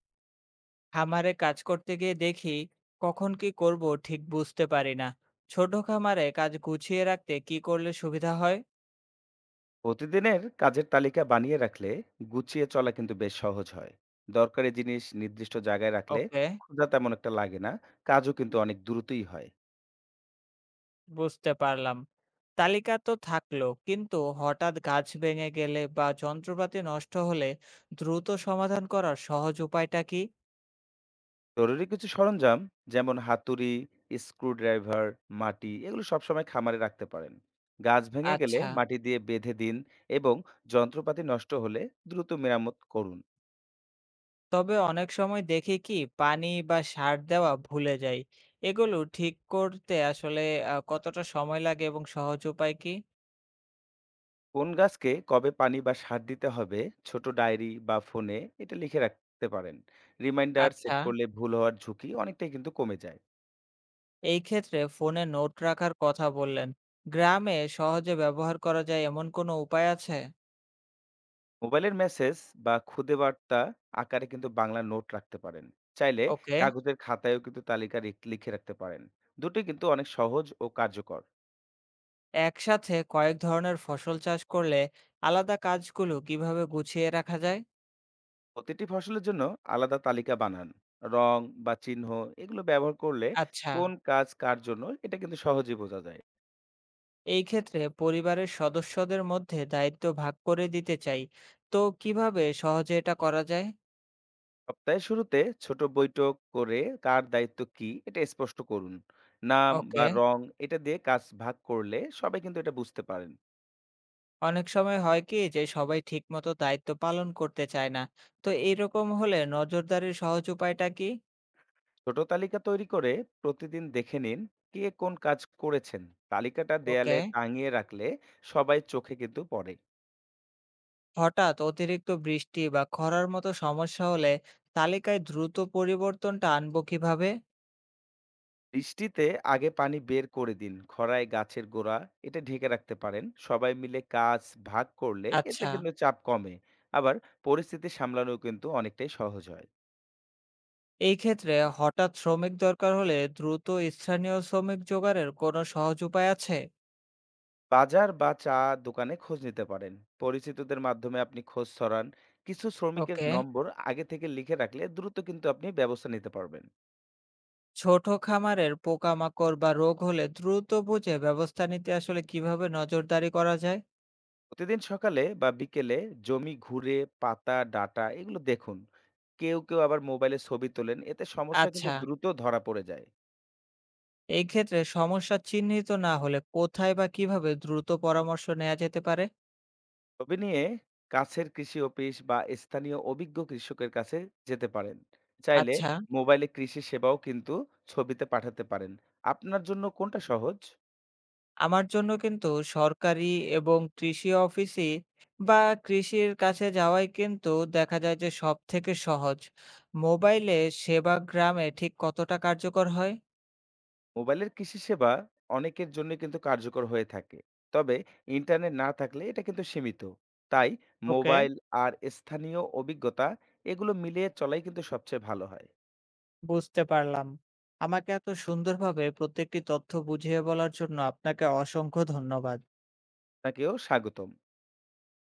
খামারে কাজ করতে গিয়ে দেখি কখন কি করব ঠিক বুঝতে পারি না। ছোট খামারে কাজ গুছিয়ে রাখতে কি করলে সুবিধা হয়? প্রতিদিনের কাজের তালিকা বানিয়ে রাখলে গুছিয়ে চলা কিন্তু বেশ সহজ হয়। দরকারি জিনিস নির্দিষ্ট জায়গায় রাখলে ওকে। খোঁজা তেমন একটা লাগে না, কাজও কিন্তু অনেক দ্রুতই হয়। বুঝতে পারলাম। তালিকা তো থাকলো, কিন্তু হঠাৎ গাছ ভেঙে গেলে বা যন্ত্রপাতি নষ্ট হলে দ্রুত সমাধান করার সহজ উপায়টা কি? জরুরি কিছু সরঞ্জাম, যেমন হাতুড়ি, স্ক্রুড্রাইভার, মাটি এগুলো সবসময় খামারে রাখতে পারেন। গাছ ভেঙে গেলে আচ্ছা। মাটি দিয়ে বেঁধে দিন এবং যন্ত্রপাতি নষ্ট হলে দ্রুত মেরামত করুন। তবে অনেক সময় দেখি কি, পানি বা সার দেওয়া ভুলে যাই। এগুলো ঠিক করতে আসলে কতটা সময় লাগে এবং সহজ উপায় কি? কোন গাছকে কবে পানি বা সার দিতে হবে ছোট ডায়েরি বা ফোনে এটা লিখে রাখতে পারেন। রিমাইন্ডার সেট আচ্ছা। করলে ভুল হওয়ার ঝুঁকি অনেকটাই কিন্তু কমে যায়। এই ক্ষেত্রে ফোনে নোট রাখার কথা বললেন। গ্রামে সহজে ব্যবহার করা যায় এমন কোনো উপায় আছে? মোবাইলের মেসেজ বা খুদে বার্তা আকারে কিন্তু বাংলা নোট রাখতে পারেন চাইলে। ওকে। কাগজের খাতায়ও কিন্তু তালিকা লিখে রাখতে পারেন, দুটি কিন্তু অনেক সহজ ও কার্যকর। একসাথে কয়েক ধরনের ফসল চাষ করলে আলাদা কাজগুলো কিভাবে গুছিয়ে রাখা যায়? প্রতিটি ফসলের জন্য আলাদা তালিকা বানান। রং বা চিহ্ন এগুলো ব্যবহার করলে আচ্ছা, কোন কাজ কার জন্য এটা কিন্তু সহজেই বোঝা যায়। এই ক্ষেত্রে পরিবারের সদস্যদের মধ্যে দায়িত্ব ভাগ করে দিতে চাই। তো কিভাবে সহজে এটা করা যায়? সপ্তাহের শুরুতে ছোট বৈঠক করে কার দায়িত্ব কি এটা স্পষ্ট করুন। নাম ওকে। বা রং এটা দিয়ে কাজ ভাগ করলে সবাই কিন্তু এটা বুঝতে পারেন। অনেক সময় হয় কি যে সবাই ঠিকমতো দায়িত্ব পালন করতে চায় না। তো এইরকম হলে নজরদারির সহজ উপায়টা কি? ছোট তালিকা তৈরি করে প্রতিদিন দেখে নিন কে কোন কাজ করেছেন। তালিকাটা দেয়ালে ওকে। টাঙিয়ে রাখলে সবাই চোখে কিন্তু পড়ে। হঠাৎ অতিরিক্ত বৃষ্টি বা খরার মতো সমস্যা হলে তালিকায় দ্রুত পরিবর্তনটা আনবো কিভাবে? বৃষ্টিতে আগে পানি বের করে দিন, খরায় গাছের গোড়া এটা ঢেকে রাখতে পারেন। সবাই মিলে কাজ ভাগ করলে এতে আচ্ছা। কিন্তু চাপ কমে, আবার পরিস্থিতি সামলানো কিন্তু অনেকটাই সহজ হয়। এই ক্ষেত্রে হঠাৎ শ্রমিক দরকার হলে দ্রুত স্থানীয় শ্রমিক জোগাড়ের কোনো সহজ উপায় আছে? বাজার বা চা দোকানে খোঁজ নিতে পারেন। পরিচিতদের মাধ্যমে আপনি খোঁজ ছড়ান। কিছু শ্রমিকের ওকে। নম্বর আগে থেকে লিখে রাখলে দ্রুত কিন্তু আপনি ব্যবস্থা নিতে পারবেন। ছোট খামারের পোকামাকড় বা রোগ হলে দ্রুত বুঝে ব্যবস্থা নিতে আসলে কিভাবে নজরদারি করা যায়? প্রতিদিন সকালে বা বিকেলে জমি ঘুরে পাতা, ডাটা এগুলো দেখুন। কেউ, কেউ আবার মোবাইলে ছবি তোলেন। এতে সমস্যা কিন্তু আচ্ছা। দ্রুত ধরা পড়ে যায়। এই ক্ষেত্রে সমস্যা চিহ্নিত না হলে কোথায় বা কিভাবে দ্রুত পরামর্শ নেওয়া যেতে পারে? ছবি নিয়ে কাছের কৃষি অফিস বা স্থানীয় অভিজ্ঞ কৃষকের কাছে যেতে পারেন। চাইলে আচ্ছা। মোবাইলে কৃষি সেবাও কিন্তু ছবিতে পাঠাতে পারেন। আপনার জন্য কোনটা সহজ? আমার জন্য কিন্তু সরকারি এবং কৃষি অফিসে বা কৃষির কাছে যাওয়াই কিন্তু দেখা যায় যে সব থেকে সহজ। মোবাইলে সেবা গ্রামে ঠিক কতটা কার্যকর হয়? মোবাইলের কৃষি সেবা অনেকের জন্য কিন্তু কার্যকর হয়ে থাকে, তবে ইন্টারনেট না থাকলে এটা কিন্তু সীমিত। তাই ওকে। মোবাইল আর স্থানীয় অভিজ্ঞতা এগুলো মিলিয়ে চলাই কিন্তু সবচেয়ে ভালো হয়। বুঝতে পারলাম। আমাকে এত সুন্দরভাবে প্রত্যেকটি তথ্য বুঝিয়ে বলার জন্য আপনাকে অসংখ্য ধন্যবাদ। আপনাকেও স্বাগতম।